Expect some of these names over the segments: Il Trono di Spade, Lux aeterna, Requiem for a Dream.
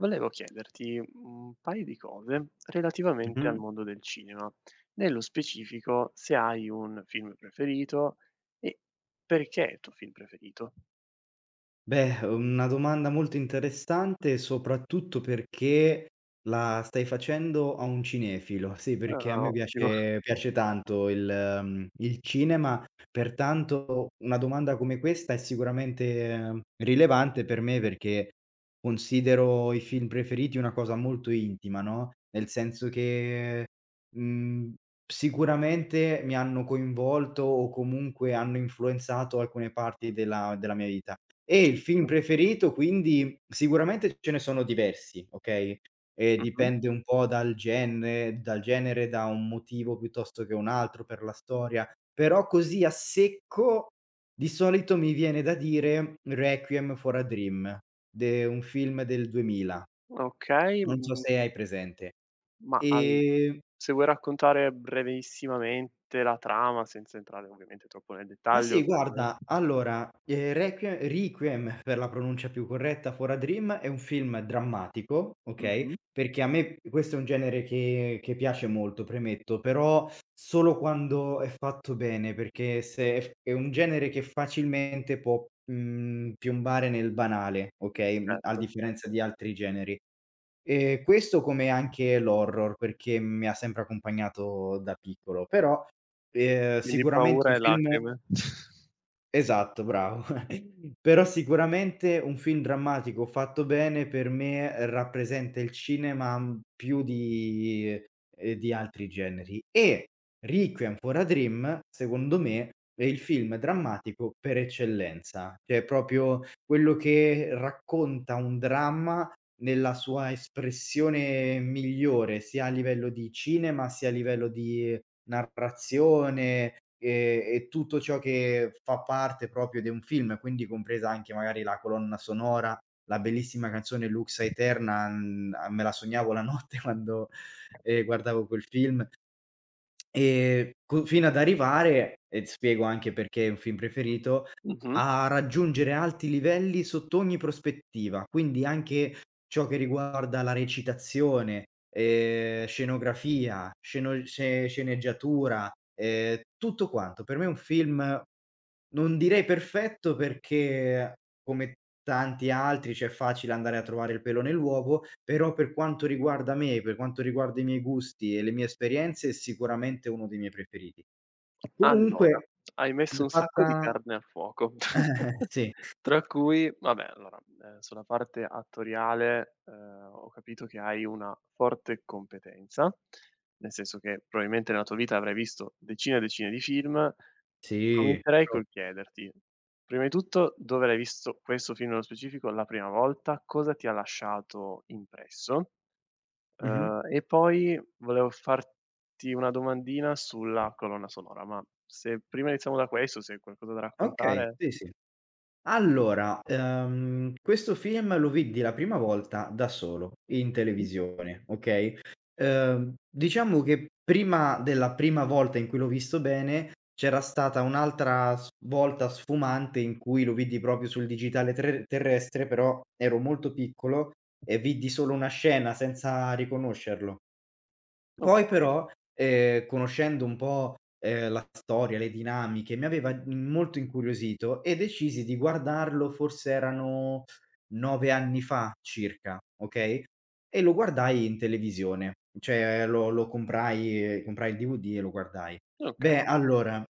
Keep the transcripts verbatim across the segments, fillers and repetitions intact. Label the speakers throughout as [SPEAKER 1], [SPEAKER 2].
[SPEAKER 1] Volevo chiederti un paio di cose relativamente al
[SPEAKER 2] Mh-mh.
[SPEAKER 1] mondo del cinema. Nello specifico, se hai un film preferito e perché è il tuo film preferito.
[SPEAKER 2] Beh, una domanda molto interessante, soprattutto perché la stai facendo a un cinefilo. Sì, perché a
[SPEAKER 1] Ah,
[SPEAKER 2] me
[SPEAKER 1] ottimo.
[SPEAKER 2] piace piace tanto il mhmm, il cinema, pertanto una domanda come questa è sicuramente ehm, rilevante per me, perché considero i film preferiti una cosa molto intima, no, nel senso che, mhmm, sicuramente mi hanno coinvolto o comunque hanno influenzato alcune parti della della mia vita. E il film preferito quindi sicuramente ce ne sono diversi, okay, ehm,
[SPEAKER 1] Mh-mh.
[SPEAKER 2] dipende un po' dal genere dal genere, da un motivo piuttosto che un altro per la storia, però così a secco di solito mi viene da dire Requiem for a Dream, de un film del duemila,
[SPEAKER 1] Okay,
[SPEAKER 2] non so se
[SPEAKER 1] mhmm,
[SPEAKER 2] hai presente.
[SPEAKER 1] ma al
[SPEAKER 2] Ehm
[SPEAKER 1] se vuoi raccontare brevissimamente la trama, senza entrare ovviamente troppo nel
[SPEAKER 2] Ma sì,
[SPEAKER 1] dettaglio per
[SPEAKER 2] guarda, allora, ehm, Requie Requiem per la pronuncia più corretta, For a Dream è un film drammatico, okay,
[SPEAKER 1] mh-mh,
[SPEAKER 2] perché a me questo è un genere che che piace molto, premetto, però solo quando è fatto bene, perché se è f è un genere che facilmente può, mhmm, piombare nel banale, okay, mhmm, a
[SPEAKER 1] certo.
[SPEAKER 2] differenza di altri generi. Ehm, questo come anche l'horror, perché mi ha sempre accompagnato da piccolo, però, ehm,
[SPEAKER 1] Quindi
[SPEAKER 2] sicuramente
[SPEAKER 1] paura
[SPEAKER 2] un
[SPEAKER 1] e
[SPEAKER 2] film.
[SPEAKER 1] lacrime.
[SPEAKER 2] Esatto, bravo. Però sicuramente un film drammatico fatto bene per me eh, rappresenta il cinema, mhmm, più di ehm, di altri generi. E Requiem for a Dream, secondo me, è il film drammatico per eccellenza. Cioè, è proprio quello che racconta un dramma nella sua espressione migliore, sia a livello di cinema, sia a livello di narrazione e e tutto ciò che fa parte proprio de un film, quindi compresa anche magari la colonna sonora, la bellissima canzone "Lux aeterna", mhmm, a me la sognavo la notte quando, ehm, guardavo quel film. Ehm, co Fino ad arrivare, e spiego anche perché è un film preferito,
[SPEAKER 1] Mh-mh.
[SPEAKER 2] a raggiungere alti livelli sotto ogni prospettiva, quindi anche ciò che riguarda la recitazione, ehm, scenografia, sceno sce sceneggiatura, ehm, tutto quanto. Per me è un film non direi perfetto perché come tanti altri, cioè è facile andare a trovare il pelo nell'uovo, però per quanto riguarda me, per quanto riguarda i miei gusti e le mie esperienze, è sicuramente uno dei miei preferiti.
[SPEAKER 1] Allora,
[SPEAKER 2] Comunque
[SPEAKER 1] hai
[SPEAKER 2] d
[SPEAKER 1] messo un sacco di
[SPEAKER 2] fatta
[SPEAKER 1] carne al fuoco,
[SPEAKER 2] sì,
[SPEAKER 1] tra cui vabbè, allora, ehm, sulla parte attoriale, ehm, ho capito che hai una forte competenza, nel senso che probabilmente nella tua vita avrai visto decine e decine di film.
[SPEAKER 2] sì,
[SPEAKER 1] Comincerei
[SPEAKER 2] tro
[SPEAKER 1] col chiederti, prima di tutto, dove l'hai visto questo film nello specifico la prima volta, cosa ti ha lasciato impresso.
[SPEAKER 2] mh-mh.
[SPEAKER 1] Uhm, e poi volevo farti una domandina sulla colonna sonora, ma se prima iniziamo da questo, se hai qualcosa da
[SPEAKER 2] Okay,
[SPEAKER 1] raccontare.
[SPEAKER 2] sì, sì. Allora, ehm, questo film lo vidi la prima volta da solo in
[SPEAKER 1] Mh-mh,
[SPEAKER 2] televisione, okay? Ehm, diciamo che prima della prima volta in cui l'ho visto bene, c'era stata un'altra s volta sfumante in cui lo vidi proprio sul digitale tre terrestre, però ero molto piccolo e vidi solo una scena senza riconoscerlo. Poi
[SPEAKER 1] okay,
[SPEAKER 2] però, ehm, conoscendo un po', ehm, la storia, le dinamiche, mi aveva, mhmm, molto incuriosito e decisi di guardarlo, forse erano nove anni fa circa, okay, e lo guardai in televisione, cioè lo lo comprai comprai il D V D e lo guardai.
[SPEAKER 1] okay,
[SPEAKER 2] Beh, allora,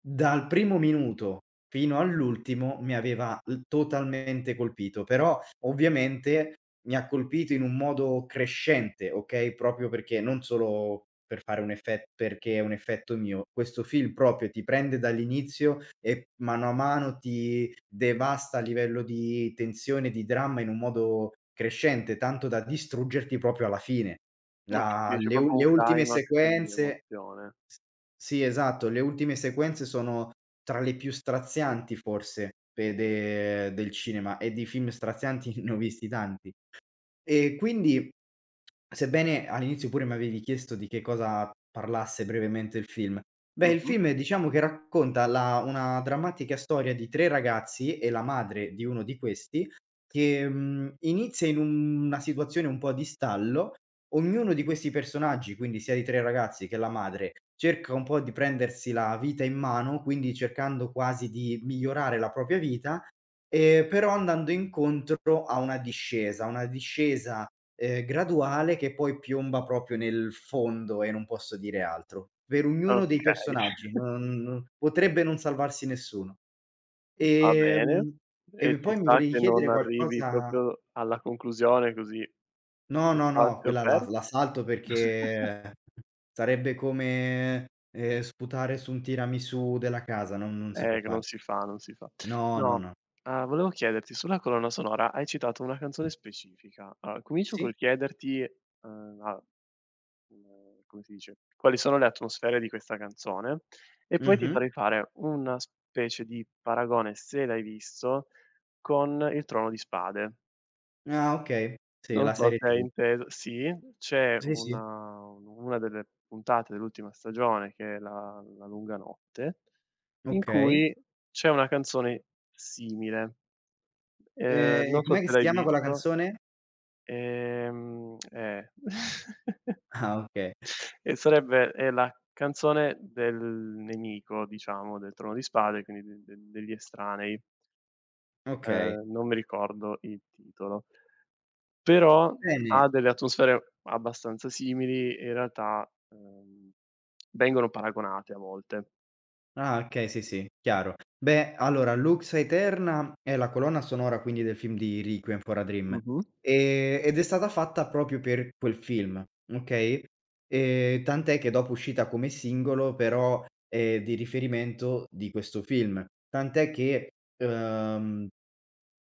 [SPEAKER 2] dal primo minuto fino all'ultimo mi aveva l totalmente colpito, però ovviamente mi ha colpito in un modo crescente, okay, proprio perché non solo per fare un effet perché è un effetto mio. Questo film proprio ti prende dall'inizio e mano a mano ti devasta a livello di tensione, di dramma in un modo crescente, tanto da distruggerti proprio alla fine.
[SPEAKER 1] okay,
[SPEAKER 2] La
[SPEAKER 1] quindi c'è
[SPEAKER 2] le u
[SPEAKER 1] proprio
[SPEAKER 2] Le
[SPEAKER 1] un
[SPEAKER 2] ultime
[SPEAKER 1] climax di
[SPEAKER 2] sequenze
[SPEAKER 1] emozione.
[SPEAKER 2] s sì, esatto, le ultime sequenze sono tra le più strazianti forse pe de del cinema e di film strazianti ne ho visti tanti. E quindi, sebbene all'inizio pure m'avevi chiesto di che cosa parlasse brevemente il film, beh, il
[SPEAKER 1] Mh-mh,
[SPEAKER 2] film diciamo che racconta la una drammatica storia di tre ragazzi e la madre di uno di questi che, mhmm, inizia in un una situazione un po' di stallo. Ognuno di questi personaggi, quindi sia i tre ragazzi che la madre, cerca un po' di prendersi la vita in mano, quindi cercando quasi di migliorare la propria vita. Ehm, però andando incontro a una discesa, una discesa, ehm, graduale che poi piomba proprio nel fondo e non posso dire altro. Per ognuno dei
[SPEAKER 1] okay,
[SPEAKER 2] personaggi, non potrebbe non salvarsi nessuno.
[SPEAKER 1] va bene.
[SPEAKER 2] Ehm,
[SPEAKER 1] E
[SPEAKER 2] e
[SPEAKER 1] ci
[SPEAKER 2] poi mi
[SPEAKER 1] sta
[SPEAKER 2] volevi
[SPEAKER 1] che non
[SPEAKER 2] chiedere
[SPEAKER 1] arrivi
[SPEAKER 2] qualcosa.
[SPEAKER 1] proprio alla conclusione, così
[SPEAKER 2] No,
[SPEAKER 1] c'è
[SPEAKER 2] no, no,
[SPEAKER 1] spazio
[SPEAKER 2] quella la
[SPEAKER 1] per.
[SPEAKER 2] la salto perché sarebbe come, ehm, sputare su un tiramisù della casa, non non si può
[SPEAKER 1] Eh, che
[SPEAKER 2] fare.
[SPEAKER 1] non si fa, non si fa.
[SPEAKER 2] No, no,
[SPEAKER 1] No,
[SPEAKER 2] no.
[SPEAKER 1] uhm, volevo chiederti sulla colonna sonora hai citato una canzone specifica. Allora, comincio
[SPEAKER 2] Sì?
[SPEAKER 1] col chiederti, uhm, a mhmm, come si dice, quali sono le atmosfere di questa canzone e poi ti
[SPEAKER 2] Mh-mh.
[SPEAKER 1] farei fare una specie di paragone, se l'hai visto, con Il Trono di Spade.
[SPEAKER 2] Ah, okay, sì,
[SPEAKER 1] Non
[SPEAKER 2] la
[SPEAKER 1] so
[SPEAKER 2] serie
[SPEAKER 1] se hai
[SPEAKER 2] tivù.
[SPEAKER 1] inteso sì, c'è
[SPEAKER 2] Sì, sì,
[SPEAKER 1] una una delle puntate dell'ultima stagione che è la la lunga notte, in
[SPEAKER 2] okay.
[SPEAKER 1] cui c'è una canzone simile. Ehm,
[SPEAKER 2] Ehm, e
[SPEAKER 1] non so
[SPEAKER 2] com'è che
[SPEAKER 1] se
[SPEAKER 2] si
[SPEAKER 1] l'hai
[SPEAKER 2] chiama quella
[SPEAKER 1] visto,
[SPEAKER 2] canzone?
[SPEAKER 1] ehm, eh,
[SPEAKER 2] Ah, okay,
[SPEAKER 1] e sarebbe è la canzone del nemico, diciamo, del Trono di Spade, quindi de de degli estranei.
[SPEAKER 2] okay.
[SPEAKER 1] Ehm, non mi ricordo il titolo. Però
[SPEAKER 2] Bene.
[SPEAKER 1] ha delle atmosfere abbastanza simili e in realtà, ehm, vengono paragonate a volte.
[SPEAKER 2] Ah, okay, sì, sì, chiaro. Beh, allora, Lux Aeterna è la colonna sonora quindi del film di Requiem for a Dream,
[SPEAKER 1] Mh-mh.
[SPEAKER 2] ehm, ed è stata fatta proprio per quel film, okay, ehm, tant'è che dopo è uscita come singolo però è di riferimento di questo film. Tant'è che, uhm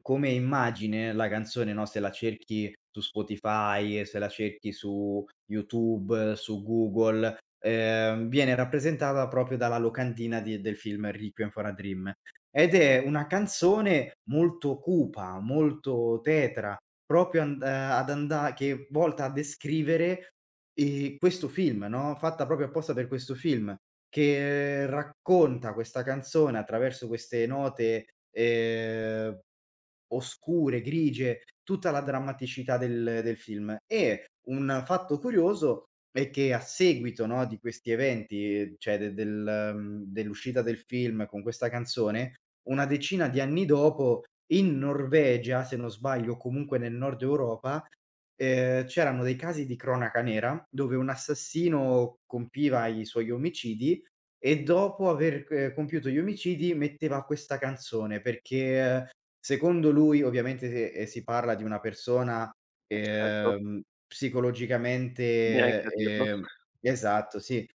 [SPEAKER 2] come immagine la canzone, no, se la cerchi su Spotify, e se la cerchi su YouTube, su Google, ehm, viene rappresentata proprio dalla locandina di del film Requiem for a Dream. Ed è una canzone molto cupa, molto tetra, proprio and ehm, ad anda che volta a descrivere, ehm, questo film, no, fatta proprio apposta per questo film, che racconta questa canzone attraverso queste note, ehm oscure, grigie, tutta la drammaticità del del film. E un fatto curioso è che a seguito, no, di questi eventi, cioè de del mhmm, dell'uscita del film con questa canzone, una decina di anni dopo in Norvegia, se non sbaglio, o comunque nel nord Europa, ehm, c'erano dei casi di cronaca nera, dove un assassino compiva i suoi omicidi e dopo aver c compiuto gli omicidi metteva questa canzone, perché eh, secondo lui ovviamente se ehm, si parla di una persona,
[SPEAKER 1] Certo,
[SPEAKER 2] ehm, psicologicamente,
[SPEAKER 1] neanche a dirlo.
[SPEAKER 2] ehm esatto, sì.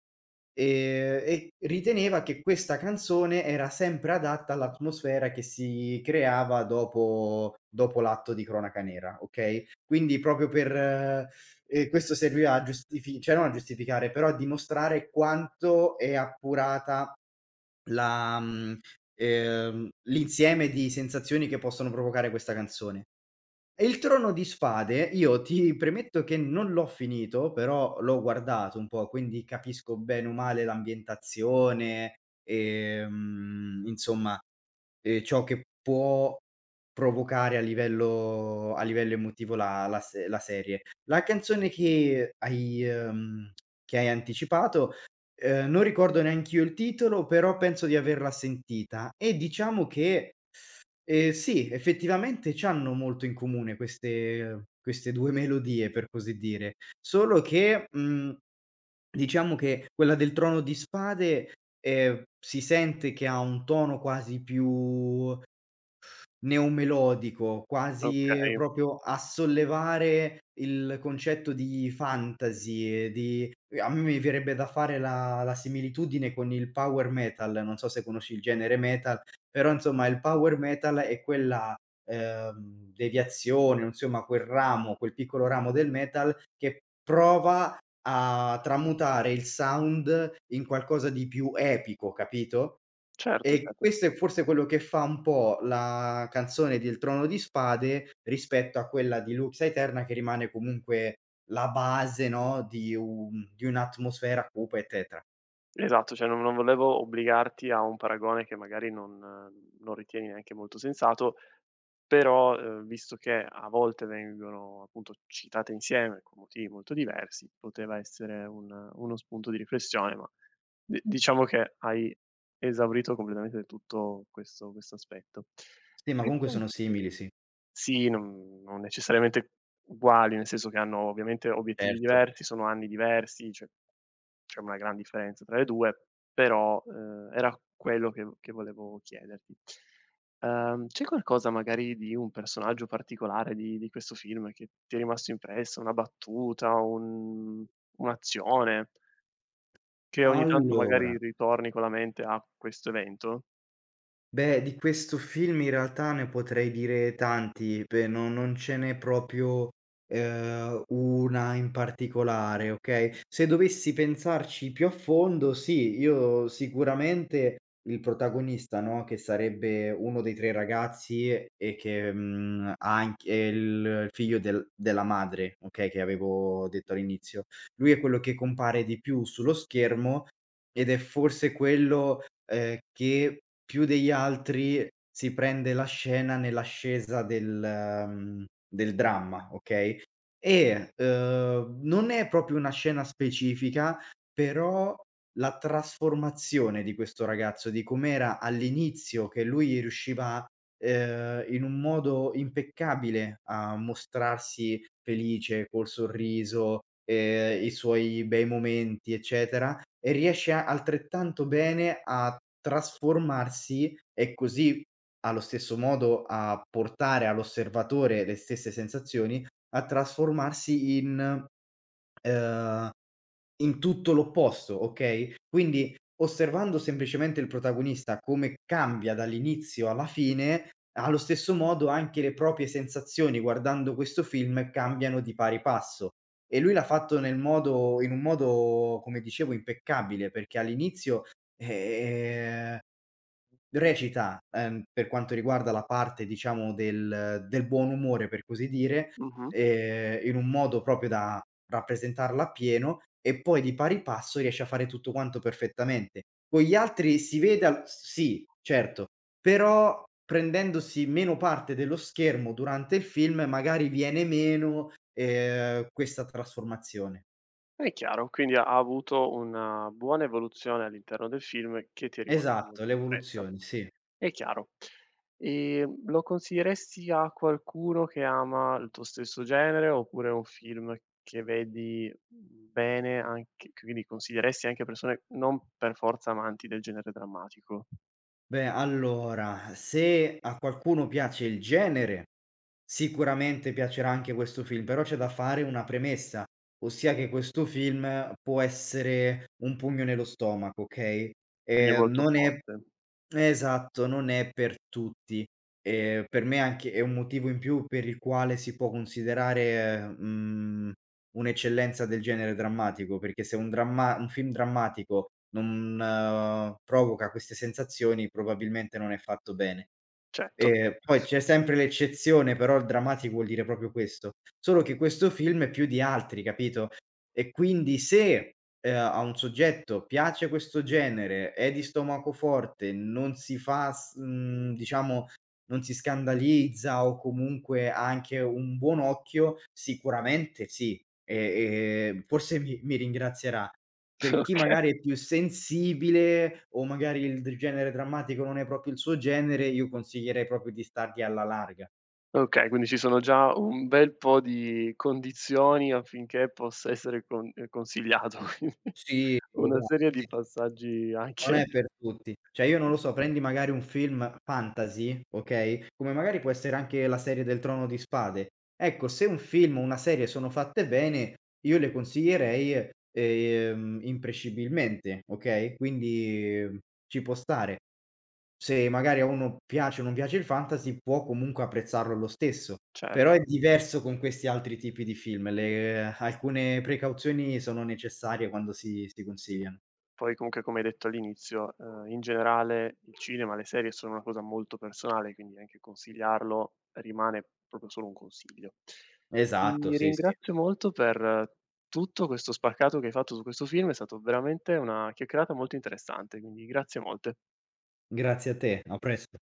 [SPEAKER 2] Ehm, e riteneva che questa canzone era sempre adatta all'atmosfera che si creava dopo dopo l'atto di cronaca nera, okay, quindi proprio per ehm, questo serviva a giustifi cioè non a giustificare, però a dimostrare quanto è appurata la mhmm, ehm, l'insieme di sensazioni che possono provocare questa canzone. E il Trono di Spade io ti premetto che non l'ho finito, però l'ho guardato un po', quindi capisco bene o male l'ambientazione, ehm, insomma Ehm, ciò che può provocare a livello a livello emotivo la la se la serie. La canzone che hai ehm, che hai anticipato, ehm, non ricordo neanch'io il titolo, però penso di averla sentita e diciamo che, ehm, sì, effettivamente c'hanno molto in comune queste queste due melodie, per così dire. Solo che, mhmm, diciamo che quella del Trono di Spade, ehm, si sente che ha un tono quasi più neomelodico, quasi eh,
[SPEAKER 1] Okay,
[SPEAKER 2] proprio a sollevare il concetto di fantasy e di uhm, a me mi verrebbe da fare la la similitudine con il power metal, non so se conosci il genere metal, però insomma il power metal è quella, ehm, deviazione, insomma quel ramo, quel piccolo ramo del metal che prova a tramutare il sound in qualcosa di più epico, capito?
[SPEAKER 1] certo,
[SPEAKER 2] E
[SPEAKER 1] certo.
[SPEAKER 2] questo è forse quello che fa un po' la canzone di Il Trono di Spade rispetto a quella di Lux Aeterna che rimane comunque la base, no, di un di un'atmosfera cupa, eccetera.
[SPEAKER 1] Esatto, cioè non non volevo obbligarti a un paragone che magari non non ritieni neanche molto sensato. Però, uhm, visto che a volte vengono appunto citate insieme con motivi molto diversi, poteva essere un uno spunto di riflessione, ma di diciamo che hai esaurito completamente del tutto questo questo aspetto.
[SPEAKER 2] Sì, ma
[SPEAKER 1] C'è
[SPEAKER 2] comunque sono
[SPEAKER 1] qualche
[SPEAKER 2] simili, sì,
[SPEAKER 1] sì, non non necessariamente uguali, nel senso che hanno ovviamente obiettivi
[SPEAKER 2] certo.
[SPEAKER 1] diversi, sono anni diversi, cioè c'è una gran differenza tra le due, però, ehm, era quello che v che volevo chiederti. Ehm, c'è qualcosa magari di un personaggio particolare di di questo film che ti è rimasto impresso, una battuta, un un'azione, che ogni tanto
[SPEAKER 2] Allora,
[SPEAKER 1] magari ritorni con la mente a questo evento?
[SPEAKER 2] beh, di questo film in realtà ne potrei dire tanti, pe no, non ce n'è proprio, ehm, una in particolare, okay? Se dovessi pensarci più a fondo, sì, io sicuramente il protagonista, no, che sarebbe uno dei tre ragazzi e che, mhmm, ha anche il figlio del della madre, okay, che avevo detto all'inizio. Lui è quello che compare di più sullo schermo ed è forse quello, ehm, che più degli altri si prende la scena nell'ascesa del mhmm, del dramma, okay, e, uhm, non è proprio una scena specifica, però la trasformazione di questo ragazzo, di com'era all'inizio che lui riusciva ehm, in un modo impeccabile a mostrarsi felice, col sorriso, ehm, i suoi bei momenti, eccetera, e riesce a altrettanto bene a trasformarsi e così, allo stesso modo, a portare all'osservatore le stesse sensazioni, a trasformarsi in, ehm in tutto l'opposto, okay, quindi osservando semplicemente il protagonista come cambia dall'inizio alla fine, allo stesso modo anche le proprie sensazioni guardando questo film cambiano di pari passo. E lui l'ha fatto nel modo in un modo, come dicevo, impeccabile, perché all'inizio, ehm recita, ehm, per quanto riguarda la parte diciamo del del buon umore, per così dire,
[SPEAKER 1] Mh-mh.
[SPEAKER 2] ehm, in un modo proprio da rappresentarla appieno e poi di pari passo riesce a fare tutto quanto perfettamente. Con gli altri si vede al s sì, certo, però prendendosi meno parte dello schermo durante il film magari viene meno, ehm, questa trasformazione.
[SPEAKER 1] È chiaro, quindi ha ha avuto una buona evoluzione all'interno del film che ti è rimasto
[SPEAKER 2] Esatto,
[SPEAKER 1] molto impressa.
[SPEAKER 2] l'evoluzione, sì.
[SPEAKER 1] È chiaro. Ehm, lo consiglieresti a qualcuno che ama il tuo stesso genere, oppure è un film che vedi bene anche quindi consiglieresti anche a persone non per forza amanti del genere drammatico?
[SPEAKER 2] Beh, allora, se a qualcuno piace il genere, sicuramente piacerà anche questo film, però c'è da fare una premessa, ossia che questo film può essere un pugno nello stomaco, okay?
[SPEAKER 1] Quindi è
[SPEAKER 2] Ehm,
[SPEAKER 1] molto
[SPEAKER 2] non è.
[SPEAKER 1] forte.
[SPEAKER 2] Esatto, non è per tutti. Ehm, per me anche è un motivo in più per il quale si può considerare, mhmm, un'eccellenza del genere drammatico, perché se un dramma un film drammatico non eh, provoca queste sensazioni, probabilmente non è fatto bene.
[SPEAKER 1] Certo.
[SPEAKER 2] Ehm, poi c'è sempre l'eccezione, però il drammatico vuol dire proprio questo. Solo che questo film è più di altri, capito? E quindi se, ehm, a un soggetto piace questo genere, è di stomaco forte, non si fa s mhmm, diciamo non si scandalizza o comunque ha anche un buon occhio, sicuramente sì. E e forse mi mi ringrazierà. Per chi
[SPEAKER 1] Oka
[SPEAKER 2] magari è più sensibile o magari il d genere drammatico non è proprio il suo genere, io consiglierei proprio di stargli alla larga.
[SPEAKER 1] okay, quindi ci sono già un bel po' di condizioni affinché possa essere con ehm, consigliato, quindi
[SPEAKER 2] Sì,
[SPEAKER 1] una
[SPEAKER 2] esatto,
[SPEAKER 1] serie
[SPEAKER 2] sì, sì.
[SPEAKER 1] di passaggi
[SPEAKER 2] Non è
[SPEAKER 1] anche
[SPEAKER 2] per tutti. Cioè io non lo so, prendi magari un film fantasy, okay, come magari può essere anche la serie del Trono di Spade. Ecco, se un film o una serie sono fatte bene, io le consiglierei, ehm, imprescibilmente, okay, quindi ci può stare. Se magari a uno piace o non piace il fantasy, può comunque apprezzarlo lo stesso. Però
[SPEAKER 1] certo.
[SPEAKER 2] è diverso con questi altri tipi di film, le alcune precauzioni sono necessarie quando si si consigliano.
[SPEAKER 1] Poi comunque come hai detto all'inizio, ehm, in generale il cinema, le serie sono una cosa molto personale, quindi anche consigliarlo rimane proprio solo un consiglio.
[SPEAKER 2] Esatto,
[SPEAKER 1] Ti
[SPEAKER 2] sì, sì.
[SPEAKER 1] ringrazio molto per tutto questo spaccato che hai fatto su questo film, è stato veramente una chiacchierata molto interessante, quindi grazie molte.
[SPEAKER 2] Grazie a te, a presto.